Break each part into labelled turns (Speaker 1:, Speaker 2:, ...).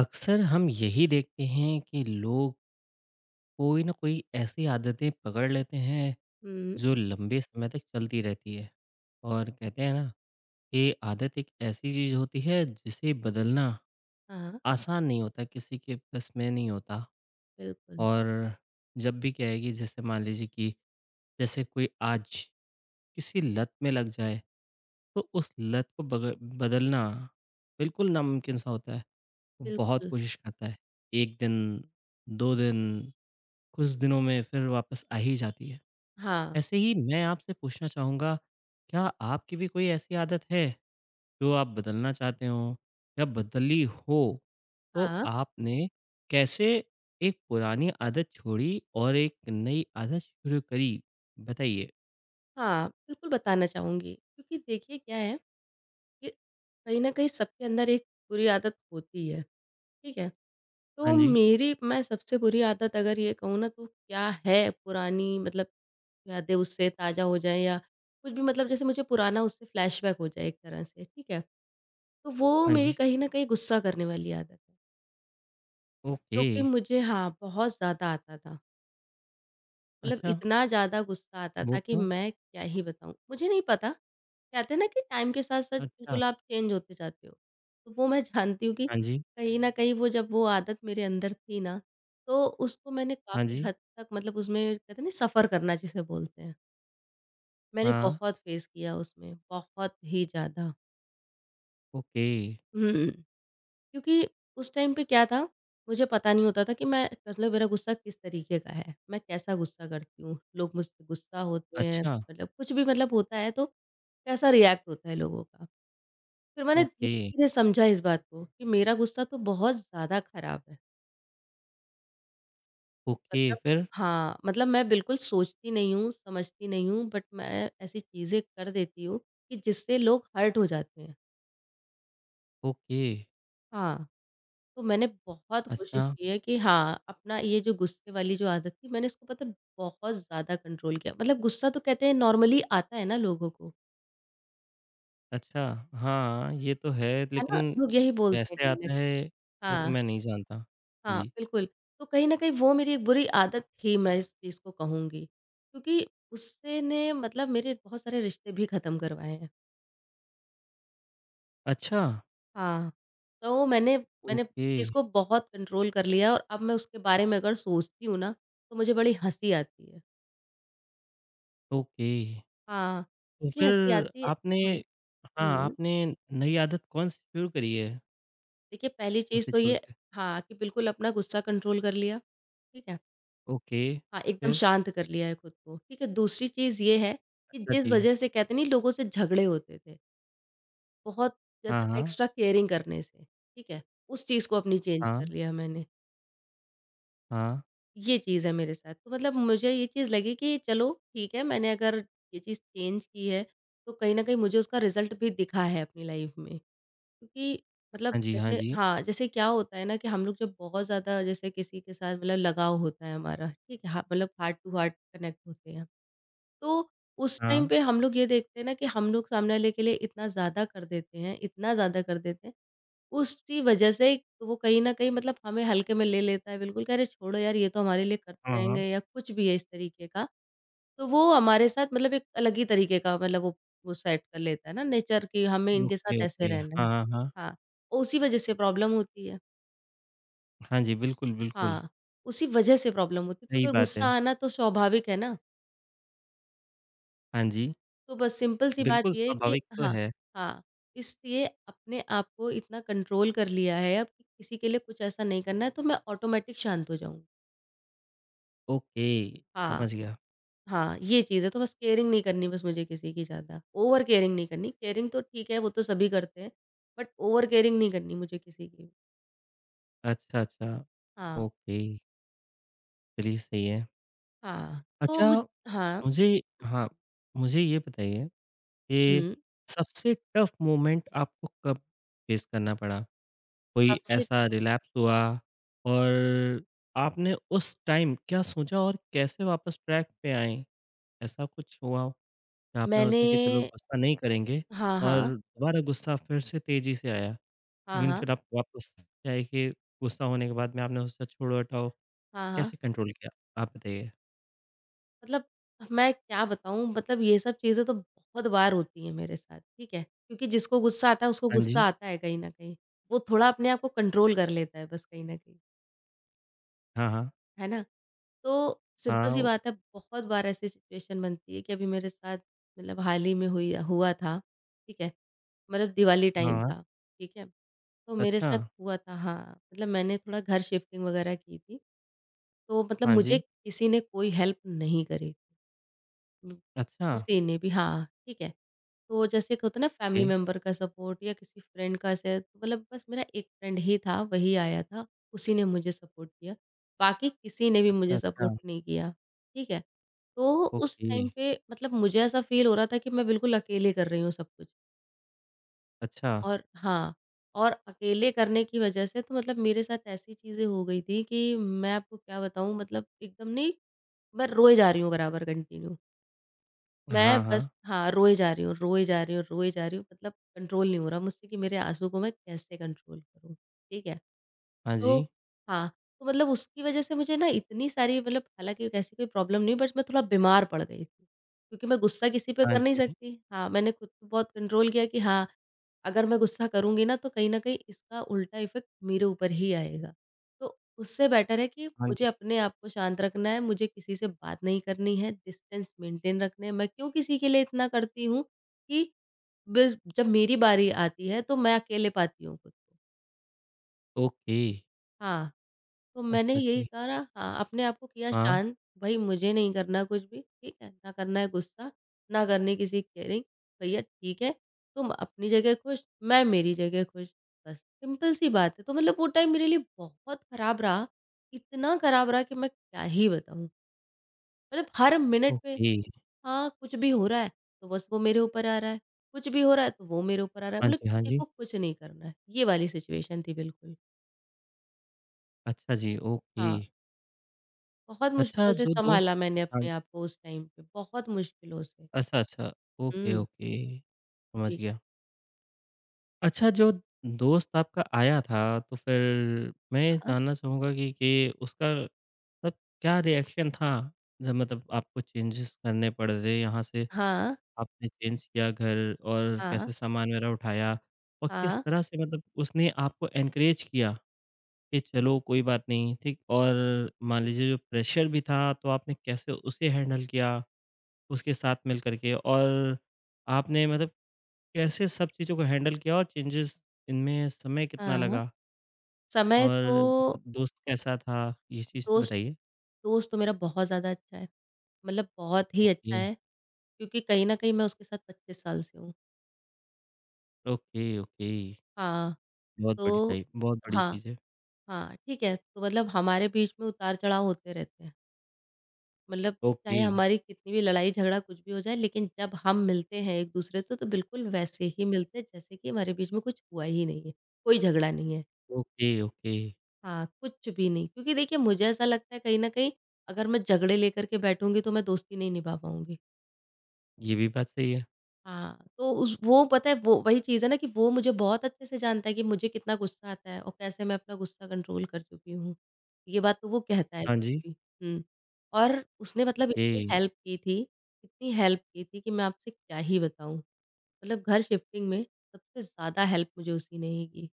Speaker 1: अक्सर हम यही देखते हैं कि लोग कोई ना कोई ऐसी आदतें पकड़ लेते हैं
Speaker 2: हुँ,
Speaker 1: जो लंबे समय तक चलती रहती है और कहते हैं ना ये आदत एक ऐसी चीज होती है जिसे बदलना
Speaker 2: हाँ,
Speaker 1: आसान नहीं होता किसी के बस में नहीं होता
Speaker 2: बिल्कुल,
Speaker 1: और जब भी क्या है कि जैसे मान लीजिए कि जैसे कोई आज किसी लत में लग जाए तो उस लत को बदलना बिल्कुल नामुमकिन सा होता है वो बहुत
Speaker 2: बिल्कुल।
Speaker 1: कोशिश करता है एक दिन दो दिन कुछ दिनों में फिर वापस आ ही जाती है।
Speaker 2: हाँ,
Speaker 1: ऐसे ही मैं आपसे पूछना चाहूँगा, क्या आपकी भी कोई ऐसी आदत है जो आप बदलना चाहते हो या बदली हो? तो
Speaker 2: हाँ,
Speaker 1: आपने कैसे एक पुरानी आदत छोड़ी और एक नई आदत शुरू करी? बताइए।
Speaker 2: हाँ, बिल्कुल बताना चाहूँगी क्योंकि देखिए क्या है कि कहीं न कहीं सबके अंदर एक बुरी आदत होती है, ठीक है?
Speaker 1: हाँ
Speaker 2: तो
Speaker 1: जी,
Speaker 2: मेरी मैं सबसे बुरी आदत अगर ये कहूँ ना तो क्या है पुरानी मतलब यादें उससे ताज़ा हो जाएँ या कुछ भी मतलब जैसे मुझे पुराना उससे फ्लैशबैक हो जाए एक तरह से, ठीक है? तो वो
Speaker 1: हाँ
Speaker 2: मेरी
Speaker 1: जी।
Speaker 2: कहीं न कहीं गुस्सा करने वाली आदत है,
Speaker 1: ओके,
Speaker 2: जो कि मुझे हाँ, बहुत ज़्यादा आता था। मतलब
Speaker 1: अच्छा
Speaker 2: इतना ज़्यादा गुस्सा आता
Speaker 1: वो
Speaker 2: था कि
Speaker 1: क्यों?
Speaker 2: मैं क्या ही बताऊँ। मुझे नहीं पता, कहते हैं ना कि टाइम के साथ-साथ
Speaker 1: अच्छा,
Speaker 2: बिल्कुल आप चेंज होते जाते हो। तो वो मैं जानती हूँ कि
Speaker 1: हाँ जी,
Speaker 2: कहीं न कहीं वो जब वो आदत मेरे अंदर थी ना, तो उसको मैंने
Speaker 1: हाँ
Speaker 2: काफ़ी
Speaker 1: जी,
Speaker 2: हद तक मतलब उसमें कहते हैं ना सफ़र करना जिसे बोलते हैं। मैंने
Speaker 1: हाँ,
Speaker 2: बहुत फेस किया उसमें, बहुत ही ज़्यादा।
Speaker 1: Okay,
Speaker 2: hmm. क्योंकि उस टाइम पे क्या था, मुझे पता नहीं होता था कि मैं मतलब मेरा गुस्सा किस तरीके का है, मैं कैसा गुस्सा करती हूँ, लोग मुझसे गुस्सा होते हैं,
Speaker 1: अच्छा,
Speaker 2: मतलब कुछ भी मतलब होता है तो कैसा रिएक्ट होता है लोगों का। फिर मैंने
Speaker 1: ओके,
Speaker 2: धीरे-धीरे समझा इस बात को कि मेरा गुस्सा तो बहुत ज़्यादा खराब है,
Speaker 1: ओके
Speaker 2: मतलब
Speaker 1: फिर?
Speaker 2: हाँ, मतलब मैं बिल्कुल सोचती नहीं हूँ, समझती नहीं हूँ बट मैं ऐसी चीज़ें कर देती हूँ कि जिससे लोग हर्ट हो जाते हैं।
Speaker 1: ओके,
Speaker 2: हाँ। तो मैंने बहुत कोशिश
Speaker 1: अच्छा।
Speaker 2: की है कि हाँ, अपना ये जो गुस्से वाली जो आदत थी मैंने इसको पता है बहुत ज़्यादा कंट्रोल किया। मतलब गुस्सा तो कहते हैं नॉर्मली आता है ना लोगों को,
Speaker 1: अच्छा, हाँ, ये तो है
Speaker 2: है ना?
Speaker 1: लेकिन
Speaker 2: लोग यही बोलते हैं
Speaker 1: कैसे
Speaker 2: कहीं न
Speaker 1: आता है ये तो
Speaker 2: हाँ,
Speaker 1: मैं नहीं जानता।
Speaker 2: हाँ,
Speaker 1: जी,
Speaker 2: बिल्कुल। तो कहीं न कहीं वो मेरी एक बुरी आदत थी मैं इस चीज़ को कहूँगी। क्योंकि गुस्से ने मतलब मेरे बहुत सारे रिश्ते भी ख़त्म करवाए हैं।
Speaker 1: अच्छा,
Speaker 2: हाँ, तो मैंने मैंने
Speaker 1: ओके,
Speaker 2: उस चीज़ को बहुत कंट्रोल कर लिया और अब मैं उसके बारे में अगर सोचती हूँ ना, तो मुझे बड़ी हँसी आती है।
Speaker 1: ओके।
Speaker 2: हाँ,
Speaker 1: तो
Speaker 2: इसलिए हँसी
Speaker 1: फिर
Speaker 2: आती है
Speaker 1: आपने
Speaker 2: हुँ,
Speaker 1: हाँ,
Speaker 2: हुँ।
Speaker 1: आपने नई आदत कौन-सी शुरू करी है
Speaker 2: देखिए पहली चीज़
Speaker 1: उसे
Speaker 2: तो
Speaker 1: छोड़
Speaker 2: ये
Speaker 1: के?
Speaker 2: हाँ, कि बिल्कुल अपना गुस्सा कंट्रोल कर लिया, ठीक है?
Speaker 1: ओके,
Speaker 2: हाँ, एकदम
Speaker 1: फिर?
Speaker 2: शांत कर लिया है खुद को, ठीक है? दूसरी चीज़ ये है कि
Speaker 1: अच्छा
Speaker 2: जिस
Speaker 1: जी,
Speaker 2: वजह से कहते नहीं लोगों से झगड़े होते थे, बहुत
Speaker 1: हाँ,
Speaker 2: ज़्यादा
Speaker 1: हाँ,
Speaker 2: एक्स्ट्रा केयरिंग करने से, ठीक है? उस चीज़ को अपनी चेंज
Speaker 1: हाँ,
Speaker 2: कर लिया मैंने,
Speaker 1: हाँ,
Speaker 2: ये चीज़ है मेरे साथ। तो मतलब मुझे ये चीज़ लगी कि चलो ठीक है, मैंने अगर ये चीज़ चेंज की है, तो कहीं न कहीं मुझे उसका रिज़ल्ट भी दिखा है अपनी लाइफ़ में। क्योंकि मतलब
Speaker 1: हाँ जी, हाँ
Speaker 2: जैसे
Speaker 1: जी,
Speaker 2: हाँ, जैसे क्या होता है ना कि हम लोग जब बहुत ज़्यादा जैसे किसी के साथ मतलब लगाव होता है हमारा, ठीक है? हाँ, मतलब हार्ट टू हार्ट कनेक्ट होते हैं तो उस टाइम
Speaker 1: हाँ,
Speaker 2: पे हम लोग ये देखते हैं ना कि हम लोग सामने वाले के लिए इतना ज़्यादा कर देते हैं, इतना ज़्यादा कर देते हैं, उसकी वजह से वो कहीं न कहीं मतलब हमें हल्के में ले लेता है बिल्कुल कि अरे छोड़ो यार ये तो हमारे लिए करते
Speaker 1: हाँ,
Speaker 2: रहेंगे
Speaker 1: हाँ,
Speaker 2: या कुछ भी है इस तरीके का। तो वो हमारे साथ मतलब एक अलग ही तरीके का मतलब वो सेट कर लेता है ना नेचर कि हमें इनके
Speaker 1: ओके,
Speaker 2: साथ ऐसे
Speaker 1: ओके, हाँ,
Speaker 2: रहना है।
Speaker 1: हाँ, हाँ,
Speaker 2: हाँ, और उसी वजह से प्रॉब्लम होती है।
Speaker 1: हाँ जी, बिल्कुल, बिल्कुल,
Speaker 2: हाँ, उसी वजह से प्रॉब्लम होती है तो
Speaker 1: सही
Speaker 2: फिर
Speaker 1: बात
Speaker 2: गुस्सा
Speaker 1: है।
Speaker 2: आना तो स्वाभाविक है ना।
Speaker 1: हाँ जी,
Speaker 2: तो बस सिंपल सी बात
Speaker 1: बिल्कुल
Speaker 2: ये है कि
Speaker 1: स्वाभाविक तो
Speaker 2: हाँ,
Speaker 1: है।
Speaker 2: हाँ, इसलिए अपने आप को इतना कंट्रोल कर लिया है अब कि किसी के लिए कुछ ऐसा नहीं करना है तो मैं ऑटोमैटिक शांत हो जाऊँगी।
Speaker 1: ओके,
Speaker 2: हाँ,
Speaker 1: समझ गया।
Speaker 2: हाँ, ये चीज़ है तो बस केयरिंग नहीं करनी बस मुझे किसी की ज़्यादा, ओवर केयरिंग नहीं करनी, केयरिंग तो ठीक है वो तो सभी करते हैं, बट ओवर केयरिंग नहीं करनी मुझे किसी की।
Speaker 1: अच्छा, अच्छा।
Speaker 2: हाँ,
Speaker 1: ओके, चलिए सही है।
Speaker 2: हाँ, तो
Speaker 1: अच्छा
Speaker 2: मुझ हाँ,
Speaker 1: मुझे हाँ, मुझे ये बताइए कि
Speaker 2: हुँ,
Speaker 1: सबसे टफ़ मोमेंट आपको कब फेस करना पड़ा? कोई
Speaker 2: सबसे
Speaker 1: ऐसा रिलैप्स हुआ और आपने उस टाइम क्या सोचा और कैसे वापस ट्रैक पे आए? ऐसा कुछ हुआ हो कि आपने
Speaker 2: मैंने
Speaker 1: सोचा कि चलो गुस्सा नहीं करेंगे
Speaker 2: हाँ,
Speaker 1: और
Speaker 2: हाँ,
Speaker 1: दोबारा गुस्सा फिर से तेज़ी से आया,
Speaker 2: हाँ,
Speaker 1: लेकिन
Speaker 2: हाँ,
Speaker 1: फिर आप वापस क्या है कि गुस्सा होने के बाद में आपने सोचा छोड़ो हटाओ?
Speaker 2: हाँ, हाँ।
Speaker 1: कैसे कंट्रोल किया? आप बताइए?
Speaker 2: मतलब मैं क्या बताऊँ मतलब ये सब चीज़ें तो बहुत बार होती हैं मेरे साथ, ठीक है? क्योंकि जिसको गुस्सा आता है उसको
Speaker 1: हाँ
Speaker 2: गुस्सा
Speaker 1: जी।
Speaker 2: आता है कहीं न कहीं। वो थोड़ा अपने आप को कंट्रोल कर लेता है बस कहीं न कहीं।
Speaker 1: हाँ, हाँ।
Speaker 2: है ना? तो सिंपल
Speaker 1: हाँ,
Speaker 2: सी
Speaker 1: ओ-
Speaker 2: बात है बहुत बार ऐसी सिचुएशन बनती है कि अभी मेरे साथ मतलब हाल ही में हुई हुआ था, ठीक है? मतलब दिवाली टाइम
Speaker 1: हाँ।
Speaker 2: था, ठीक है? तो मेरे
Speaker 1: अच्छा,
Speaker 2: साथ हुआ था हाँ, मतलब मैंने थोड़ा घर शिफ्टिंग वगैरह की थी। तो मतलब
Speaker 1: हाँ
Speaker 2: मुझे
Speaker 1: जी।
Speaker 2: किसी ने कोई हेल्प नहीं करी थी। हुँ,
Speaker 1: अच्छा,
Speaker 2: किसी ने भी हाँ, ठीक है? तो जैसे एक होता है ना
Speaker 1: ओके।
Speaker 2: फैमिली मेंबर का सपोर्ट या किसी फ्रेंड का से तो मतलब बस मेरा एक फ्रेंड ही था, वही आया था, उसी ने मुझे सपोर्ट किया। बाकी किसी ने भी
Speaker 1: अच्छा,
Speaker 2: मुझे
Speaker 1: अच्छा,
Speaker 2: सपोर्ट नहीं किया, ठीक है? तो उस
Speaker 1: ओके।
Speaker 2: टाइम पे मतलब मुझे ऐसा फ़ील हो रहा था कि मैं बिल्कुल अकेले कर रही हूँ सब कुछ
Speaker 1: अच्छा,
Speaker 2: और हाँ, और अकेले करने की वज़ह से तो मतलब मेरे साथ ऐसी चीज़ें हो गई थी कि मैं आपको क्या बताऊँ मतलब एकदम नहीं मैं रोए जा रही हूँ बराबर कंटिन्यू।
Speaker 1: हाँ,
Speaker 2: मैं बस
Speaker 1: हाँ।
Speaker 2: हाँ, रोए जा रही हूँ, रोए जा रही हूँ, रोए जा रही हूँ मतलब कंट्रोल नहीं हो रहा मुझसे कि मेरे आँसू को मैं कैसे कंट्रोल करूँ, ठीक है।
Speaker 1: हाँ
Speaker 2: तो
Speaker 1: जी।
Speaker 2: हाँ, तो मतलब उसकी वज़ह से मुझे ना इतनी सारी मतलब हालाँकि ऐसी कोई प्रॉब्लम नहीं बट मैं थोड़ा बीमार पड़ गई थी, क्योंकि मैं गुस्सा किसी पे
Speaker 1: हाँ
Speaker 2: कर नहीं
Speaker 1: जी,
Speaker 2: सकती। हाँ, मैंने खुद को बहुत कंट्रोल किया कि हाँ, अगर मैं गुस्सा करूँगी ना तो कहीं न कहीं इसका उल्टा इफ़ेक्ट मेरे ऊपर ही आएगा। तो उससे बेटर है कि
Speaker 1: हाँ
Speaker 2: मुझे
Speaker 1: जी।
Speaker 2: अपने आप को शांत रखना है, मुझे किसी से बात नहीं करनी है, डिस्टेंस मेंटेन रखने हैं। मैं क्यों किसी के लिए इतना करती हूँ कि बस जब मेरी बारी आती है तो मैं अकेले पाती हूँ खुद को।
Speaker 1: ओके,
Speaker 2: हाँ, तो मैंने
Speaker 1: अच्छा
Speaker 2: यही
Speaker 1: जी।
Speaker 2: कहा ना हाँ, अपने आप को किया
Speaker 1: हाँ,
Speaker 2: शांत, भई मुझे नहीं करना कुछ भी, ठीक है? ना करना है गुस्सा, ना करनी किसी की केयरिंग, भैया ठीक है, तुम अपनी जगह खुश, मैं मेरी जगह खुश, बस सिंपल सी बात है। तो मतलब वो टाइम मेरे लिए बहुत खराब रहा, इतना खराब रहा कि मैं क्या ही बताऊँ। मतलब हर मिनट पे
Speaker 1: ओके।
Speaker 2: हाँ, कुछ भी हो रहा है, तो बस वो मेरे ऊपर आ रहा है, कुछ भी हो रहा है, तो वो मेरे ऊपर आ रहा है,
Speaker 1: हाँ
Speaker 2: मतलब
Speaker 1: जी, हाँ
Speaker 2: किसी
Speaker 1: जी।
Speaker 2: को कुछ नहीं करना है। ये वाली सिचुएशन थी बिल्कुल।
Speaker 1: अच्छा जी, ओके।
Speaker 2: हाँ। बहुत
Speaker 1: अच्छा,
Speaker 2: मुश्किलों से
Speaker 1: जो दोस्त
Speaker 2: सँभाला मैंने
Speaker 1: हाँ,
Speaker 2: अपने आप को उस टाइम पे, बहुत मुश्किलों से।
Speaker 1: अच्छा, अच्छा। Okay,
Speaker 2: hmm,
Speaker 1: okay. समझ
Speaker 2: जी।
Speaker 1: गया। अच्छा, जो दोस्त आपका आया था, तो फिर मैं ये
Speaker 2: हाँ,
Speaker 1: जानना चाहूँगा कि उसका मतलब क्या रिएक्शन था? जब मतलब आपको चेंजेस करने पड़ रहे, यहाँ से
Speaker 2: हाँ,
Speaker 1: आपने चेंज किया घर और
Speaker 2: हाँ,
Speaker 1: कैसे सामान वगैरह उठाया? और किस
Speaker 2: हाँ,
Speaker 1: तरह से मतलब उसने आपको एनकरेज किया कि चलो कोई बात नहीं, ठीक? और मान लीजिए जो प्रेशर भी था, तो आपने कैसे उसे हैंडल किया उसके साथ मिल कर के? और आपने मतलब कैसे सब चीज़ों को हैंडल किया और चेंजेस इनमें समय कितना
Speaker 2: हाँ।
Speaker 1: लगा
Speaker 2: समय
Speaker 1: और
Speaker 2: तो
Speaker 1: मतलब दोस्त कैसा था? ये चीज़
Speaker 2: दोस्त
Speaker 1: बताइए।
Speaker 2: दोस्त तो मेरा बहुत ज़्यादा अच्छा है, मतलब बहुत ही
Speaker 1: ओके,
Speaker 2: अच्छा है क्योंकि कहीं न कहीं मैं उसके साथ 25 साल से हूँ।
Speaker 1: Okay, okay.
Speaker 2: हाँ,
Speaker 1: बहुत बड़ी
Speaker 2: तो
Speaker 1: टाइप बहुत बड़ी
Speaker 2: हाँ,
Speaker 1: चीज़ है।
Speaker 2: हाँ, ठीक है, तो मतलब हमारे बीच में उतार-चढ़ाव होते रहते हैं। मतलब
Speaker 1: ओके,
Speaker 2: चाहे हमारी कितनी भी लड़ाई झगड़ा कुछ भी हो जाए लेकिन जब हम मिलते हैं एक दूसरे से तो बिल्कुल वैसे ही मिलते हैं जैसे कि हमारे बीच में कुछ हुआ ही नहीं है, कोई झगड़ा नहीं है।
Speaker 1: Okay, okay.
Speaker 2: हाँ, कुछ भी नहीं क्योंकि देखिए मुझे ऐसा लगता है कहीं न कहीं अगर मैं झगड़े लेकर के बैठूँगी तो मैं दोस्ती नहीं निभा पाऊँगी।
Speaker 1: ये भी बात सही है।
Speaker 2: हाँ, तो उस वो पता है वो वही चीज़ है ना कि वो मुझे बहुत अच्छे से जानता है कि मुझे कितना गुस्सा आता है और कैसे मैं अपना गुस्सा कंट्रोल कर चुकी हूँ। ये बात तो वो कहता है
Speaker 1: हाँ
Speaker 2: खुद
Speaker 1: जी,
Speaker 2: भी। हुँ, और उसने मतलब
Speaker 1: ओके।
Speaker 2: इतनी हेल्प की थी, इतनी हेल्प की थी कि मैं आपसे क्या ही बताऊँ। मतलब घर शिफ्टिंग में सबसे ज़्यादा हेल्प मुझे उसी ने ही की।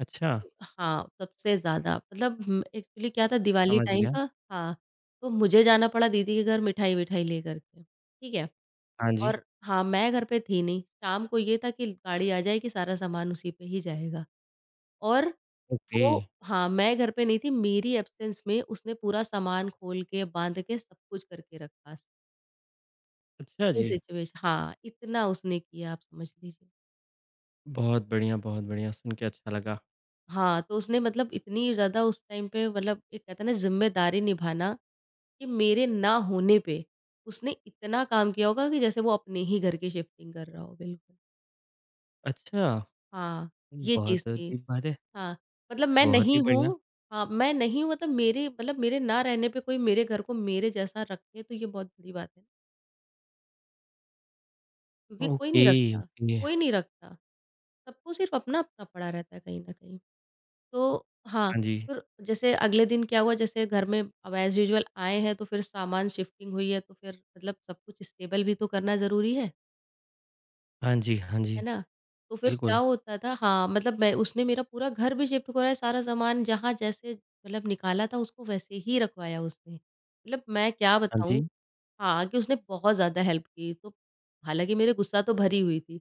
Speaker 1: अच्छा,
Speaker 2: हाँ, सबसे ज़्यादा मतलब हुँ, एक्चुअली क्या था दिवाली
Speaker 1: समझ
Speaker 2: टाइम
Speaker 1: गया।
Speaker 2: था हाँ, तो मुझे जाना पड़ा दीदी के घर मिठाई-विठाई लेकर के, ठीक है?
Speaker 1: हाँ जी,
Speaker 2: और हाँ, मैं घर पे थी नहीं, शाम को ये था कि गाड़ी आ जाएगी, सारा सामान उसी पे ही जाएगा और
Speaker 1: ओके।
Speaker 2: वो हाँ, मैं घर पे नहीं थी, मेरी एब्सेंस में उसने पूरा सामान खोल के, बाँध के, सब कुछ करके रखा।
Speaker 1: अच्छा
Speaker 2: ये
Speaker 1: जी।
Speaker 2: सिचुएशन हाँ, इतना उसने किया आप समझ लीजिए।
Speaker 1: बहुत बढ़िया, सुन के अच्छा लगा।
Speaker 2: हाँ, तो उसने मतलब इतनी ज़्यादा उस टाइम पे मतलब एक कहते हैं ना ज़िम्मेदारी निभाना, कि मेरे ना होने पे उसने इतना काम किया होगा कि जैसे वो अपने ही घर की शिफ्टिंग कर रहा हो, बिल्कुल।
Speaker 1: अच्छा,
Speaker 2: हाँ, ये चीज़
Speaker 1: बहुत
Speaker 2: थी।
Speaker 1: अजीब बात है।
Speaker 2: हाँ, मतलब मैं
Speaker 1: बहुत ही
Speaker 2: नहीं
Speaker 1: बढ़िया।
Speaker 2: हूँ हाँ, मैं नहीं हूँ मतलब मेरे ना रहने पे कोई मेरे घर को मेरे जैसा रखे तो ये बहुत बड़ी बात है, क्योंकि कोई
Speaker 1: ओके,
Speaker 2: नहीं रखता,
Speaker 1: ओके।
Speaker 2: कोई नहीं रखता। सबको सिर्फ़ अपना-अपना पड़ा रहता है कहीं न कहीं। तो हाँ,
Speaker 1: हाँ जी।
Speaker 2: फिर जैसे अगले दिन क्या हुआ जैसे घर में अब एज़ यूजुअल आए हैं तो फिर सामान शिफ्टिंग हुई है तो फिर मतलब सब कुछ स्टेबल भी तो करना ज़रूरी है।
Speaker 1: हाँ जी, हाँ जी।
Speaker 2: है ना? तो फिर क्या
Speaker 1: बिल्कुल।
Speaker 2: होता था। हाँ, मतलब मैं उसने मेरा पूरा घर भी शिफ्ट कराया, सारा सामान जहाँ जैसे निकाला था उसको वैसे ही रखवाया उसने। मतलब मैं क्या
Speaker 1: हाँ जी,
Speaker 2: बताऊँ, हाँ, कि उसने बहुत ज़्यादा हेल्प की। तो हालाँकि मेरे गुस्सा तो भरी हुई थी।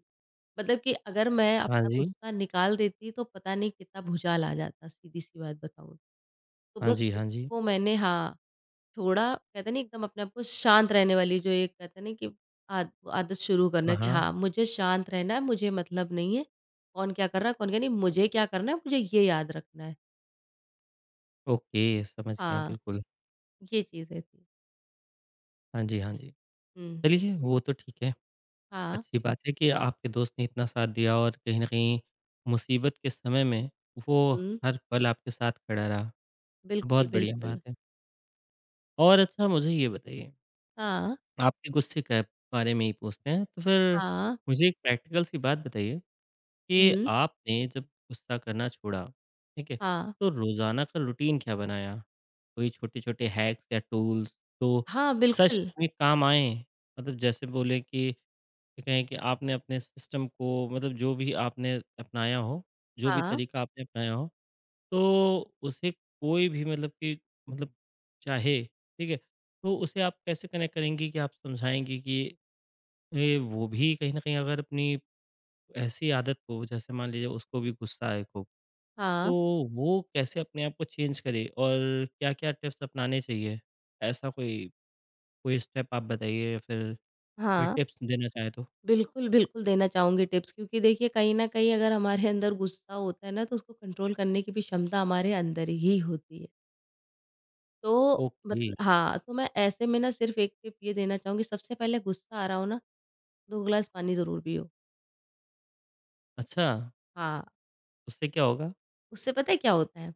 Speaker 2: मतलब कि अगर मैं
Speaker 1: हाँ
Speaker 2: अपना
Speaker 1: जी,
Speaker 2: गुस्सा निकाल देती तो पता नहीं कितना भुचाल आ जाता, सीधी-सी बात बताऊँ। तो
Speaker 1: हाँ
Speaker 2: बस
Speaker 1: जी, हाँ जी।
Speaker 2: उसको मैंने, हाँ। थोड़ा कहते हैं ना एकदम अपने आप को शांत रहने वाली जो एक कहते हैं ना कि आद आदत शुरू
Speaker 1: हाँ,
Speaker 2: करना कि
Speaker 1: हाँ,
Speaker 2: हाँ, मुझे शांत रहना है, मुझे मतलब नहीं है, कौन क्या कर रहा है, कौन क्या नहीं, मुझे क्या करना है, मुझे ये याद रखना है।
Speaker 1: ओके, समझ गया
Speaker 2: हाँ,
Speaker 1: बिल्कुल।
Speaker 2: ये चीज़ें थी।
Speaker 1: हाँ जी, हाँ जी।
Speaker 2: हुँ,
Speaker 1: चलिए वो तो ठीक है,
Speaker 2: हाँ,
Speaker 1: अच्छी बात है कि आपके दोस्त ने इतना साथ दिया और कहीं न कहीं मुसीबत के समय में वो
Speaker 2: हुँ,
Speaker 1: हर पल आपके साथ खड़ा रहा, बहुत
Speaker 2: बिल्कुल,
Speaker 1: बढ़िया
Speaker 2: बिल्कुल।
Speaker 1: बात है। और अच्छा मुझे ये बताइए,
Speaker 2: हाँ,
Speaker 1: आपके गुस्से के बारे में ही पूछते हैं, तो फिर
Speaker 2: हाँ,
Speaker 1: मुझे एक प्रैक्टिकल सी बात बताइए कि
Speaker 2: हुँ,
Speaker 1: आपने जब गुस्सा करना छोड़ा, ठीक है?
Speaker 2: हाँ,
Speaker 1: तो रोज़ाना का रूटीन क्या बनाया? कोई छोटे-छोटे हैक्स या टूल्स तो
Speaker 2: हाँ,
Speaker 1: सच
Speaker 2: बिल्कुल।
Speaker 1: में काम आएँ? मतलब जैसे बोले कि ये कहें कि आपने अपने सिस्टम को मतलब जो भी आपने अपनाया हो, जो भी
Speaker 2: हाँ,
Speaker 1: तरीका आपने अपनाया हो, तो उसे कोई भी मतलब कि मतलब चाहे, ठीक है? तो उसे आप कैसे कनेक्ट करेंगी कि आप समझाएँगी कि ये वो भी कहीं न कहीं अगर अपनी ऐसी आदत को जैसे मान लीजिए उसको भी गुस्सा है खूब, तो
Speaker 2: हाँ,
Speaker 1: वो कैसे अपने आप को चेंज करे और क्या-क्या टिप्स अपनाने चाहिए? ऐसा कोई कोई स्टेप आप बताइए या फिर कोई
Speaker 2: हाँ,
Speaker 1: टिप्स देना चाहें तो?
Speaker 2: बिल्कुल, बिल्कुल देना चाहूँगी टिप्स, क्योंकि देखिए कहीं न कहीं अगर हमारे अंदर गुस्सा होता है ना, तो उसको कंट्रोल करने की भी क्षमता हमारे अंदर ही होती है। तो मत
Speaker 1: ओके,
Speaker 2: हाँ, तो मैं ऐसे में ना सिर्फ़ एक टिप ये देना चाहूँगी, सबसे पहले गुस्सा आ रहा हो ना, 2 गिलास पानी ज़रूर पियो।
Speaker 1: अच्छा,
Speaker 2: हाँ,
Speaker 1: उससे क्या होगा?
Speaker 2: उससे पता है क्या होता है?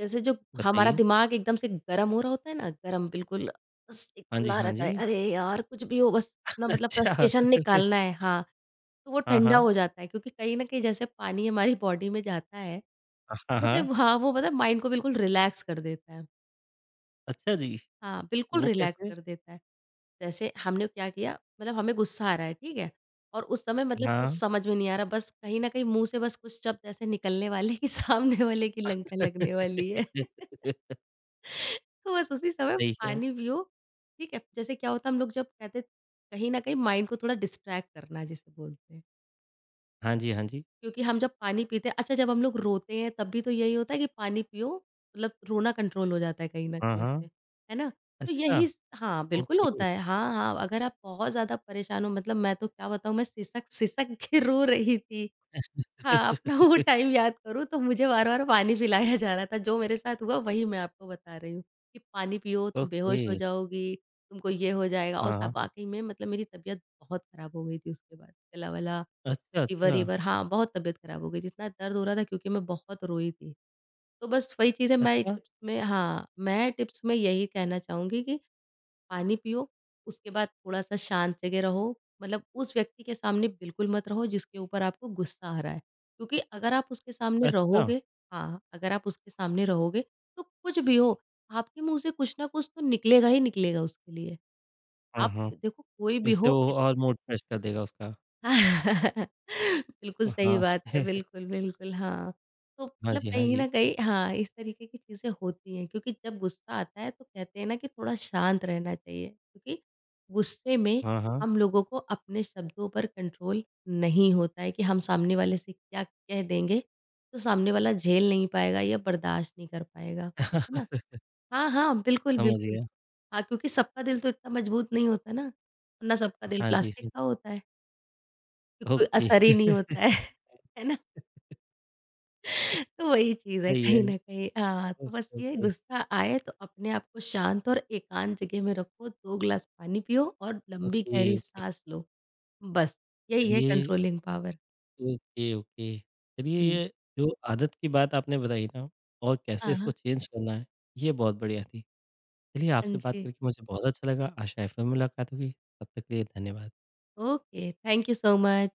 Speaker 2: जैसे जो हमारा
Speaker 1: बताइए।
Speaker 2: दिमाग एकदम से गरम हो रहा होता है ना, गरम बिल्कुल बस
Speaker 1: हाँ
Speaker 2: एकदम
Speaker 1: जी,
Speaker 2: ला
Speaker 1: हाँ
Speaker 2: रखा
Speaker 1: जी।
Speaker 2: है, "अरे यार! कुछ भी हो बस अपना मतलब
Speaker 1: अच्छा,
Speaker 2: फ्रस्ट्रेशन निकालना है।" हाँ, तो वो
Speaker 1: हाँ,
Speaker 2: ठंडा
Speaker 1: हाँ।
Speaker 2: हो जाता है, क्योंकि कहीं न कहीं जैसे पानी हमारी बॉडी में जाता है,
Speaker 1: हाँ, हाँ।
Speaker 2: मतलब हाँ, वो माइंड को बिल्कुल रिलैक्स कर देता है।
Speaker 1: अच्छा जी,
Speaker 2: हाँ, बिल्कुल
Speaker 1: वो
Speaker 2: रिलैक्स
Speaker 1: कैसे?
Speaker 2: कर देता है। जैसे हमने क्या किया, मतलब हमें गुस्सा आ रहा है, ठीक है? और उस समय मतलब कुछ
Speaker 1: हाँ।
Speaker 2: समझ में नहीं आ रहा, बस कहीं न कहीं मुँह से बस कुछ शब्द ऐसे निकलने वाले हैं कि सामने वाले की लंका लगने वाली है। तो बस उसी समय
Speaker 1: सही है।
Speaker 2: पानी पियो, ठीक है? जैसे क्या होता है हम लोग जब कहते, कहीं न कहीं माइंड को थोड़ा डिस्ट्रैक्ट करना जिसे बोलते हैं।
Speaker 1: हाँ जी, हाँ जी।
Speaker 2: क्योंकि हम जब पानी पीते हैं, अच्छा जब हम लोग रोते हैं तब भी तो यही होता है कि पानी पियो, मतलब रोना कंट्रोल हो जाता है कहीं न
Speaker 1: हाँ,
Speaker 2: कहीं
Speaker 1: हाँ।
Speaker 2: उससे, है ना?
Speaker 1: अच्छा,
Speaker 2: बिल्कुल
Speaker 1: ओके।
Speaker 2: होता है। हाँ, हाँ, अगर आप बहुत ज़्यादा परेशान हो, मतलब मैं तो क्या बताऊँ, मैं सिसक सिसक के रो रही थी। हाँ, अपना वो टाइम याद करूँ तो मुझे बार-बार पानी पिलाया जा रहा था। जो मेरे साथ हुआ वही मैं आपको बता रही हूँ, कि पानी पियो तुम
Speaker 1: ओके,
Speaker 2: बेहोश हो जाओगी, तुमको ये हो जाएगा, और
Speaker 1: हाँ,
Speaker 2: स
Speaker 1: हाँ।
Speaker 2: वाक़ई में मतलब मेरी तबीयत बहुत ख़राब हो गई थी उसके बाद। गला-वला,
Speaker 1: अच्छा, अच्छा।
Speaker 2: फ़ीवर-ईवर, हाँ, बहुत तबीयत ख़राब हो गई थी। इतना दर्द हो रहा था क्योंकि मैं बहुत रोई थी। तो बस वही चीज़ें मैं
Speaker 1: अच्छा?
Speaker 2: टिप्स में, हाँ, मैं टिप्स में यही कहना चाहूँगी कि पानी पियो, उसके बाद थोड़ा-सा शांत जगह रहो। मतलब उस व्यक्ति के सामने बिल्कुल मत रहो जिसके ऊपर आपको गुस्सा आ रहा है। क्योंकि अगर आप उसके सामने
Speaker 1: अच्छा!
Speaker 2: रहोगे हाँ, अगर आप उसके सामने रहोगे तो कुछ भी हो, आपके मुँह से कुछ ना कुछ तो निकलेगा ही निकलेगा उसके लिए।
Speaker 1: हाँ,
Speaker 2: आप
Speaker 1: हाँ,
Speaker 2: देखो कोई भी
Speaker 1: इससे
Speaker 2: हो
Speaker 1: वो
Speaker 2: इत
Speaker 1: और मूड फ्रेश कर देगा उसका।
Speaker 2: बिल्कुल सही
Speaker 1: हाँ।
Speaker 2: बात है, बिल्कुल, बिल्कुल, हाँ। तो
Speaker 1: हाँ
Speaker 2: मतलब
Speaker 1: जी, हाँ
Speaker 2: कहीं
Speaker 1: जी।
Speaker 2: न कहीं, हाँ, इस तरीके की चीज़ें होती हैं क्योंकि जब गुस्सा आता है तो कहते हैं ना कि थोड़ा शांत रहना चाहिए, क्योंकि गुस्से में
Speaker 1: हाँ, हाँ।
Speaker 2: हम लोगों को अपने शब्दों पर कंट्रोल नहीं होता है कि हम सामने वाले से क्या कह देंगे, तो सामने वाला झेल नहीं पाएगा या बर्दाश्त नहीं कर पाएगा, है ना? हाँ, हाँ, बिल्कुल,
Speaker 1: समझ
Speaker 2: बिल्कुल।
Speaker 1: गया।
Speaker 2: हाँ, क्योंकि सबका दिल तो इतना मजबूत नहीं होता ना, वरना सबका दिल
Speaker 1: हाँ जी, हाँ
Speaker 2: प्लास्टिक
Speaker 1: जी।
Speaker 2: का होता है। तो कोई
Speaker 1: ओके।
Speaker 2: असर ही नहीं होता है, है ना? तो वही चीज़ है
Speaker 1: सही है।
Speaker 2: कहीं न कहीं, हाँ, तो बस
Speaker 1: ओके,
Speaker 2: ये है,
Speaker 1: ओके।
Speaker 2: गुस्सा आए तो अपने आप को शांत और एकांत जगह में रखो, 2 ग्लास पानी पियो और लंबी
Speaker 1: ओके,
Speaker 2: गहरी
Speaker 1: ओके।
Speaker 2: साँस लो। बस, यही है
Speaker 1: चलिए
Speaker 2: कंट्रोलिंग पावर।
Speaker 1: Okay, okay. चलिए
Speaker 2: हुँ।
Speaker 1: ये जो आदत की बात आपने बताई ना और कैसे
Speaker 2: हाँ,
Speaker 1: इसको
Speaker 2: हाँ
Speaker 1: चेंज करना है, ये बहुत बढ़िया थी। चलिए आपसे बात
Speaker 2: जी।
Speaker 1: करके मुझे बहुत अच्छा लगा। आशा है फिर मुलाकात होगी। तब तक के लिए धन्यवाद।
Speaker 2: Okay, thank you so much.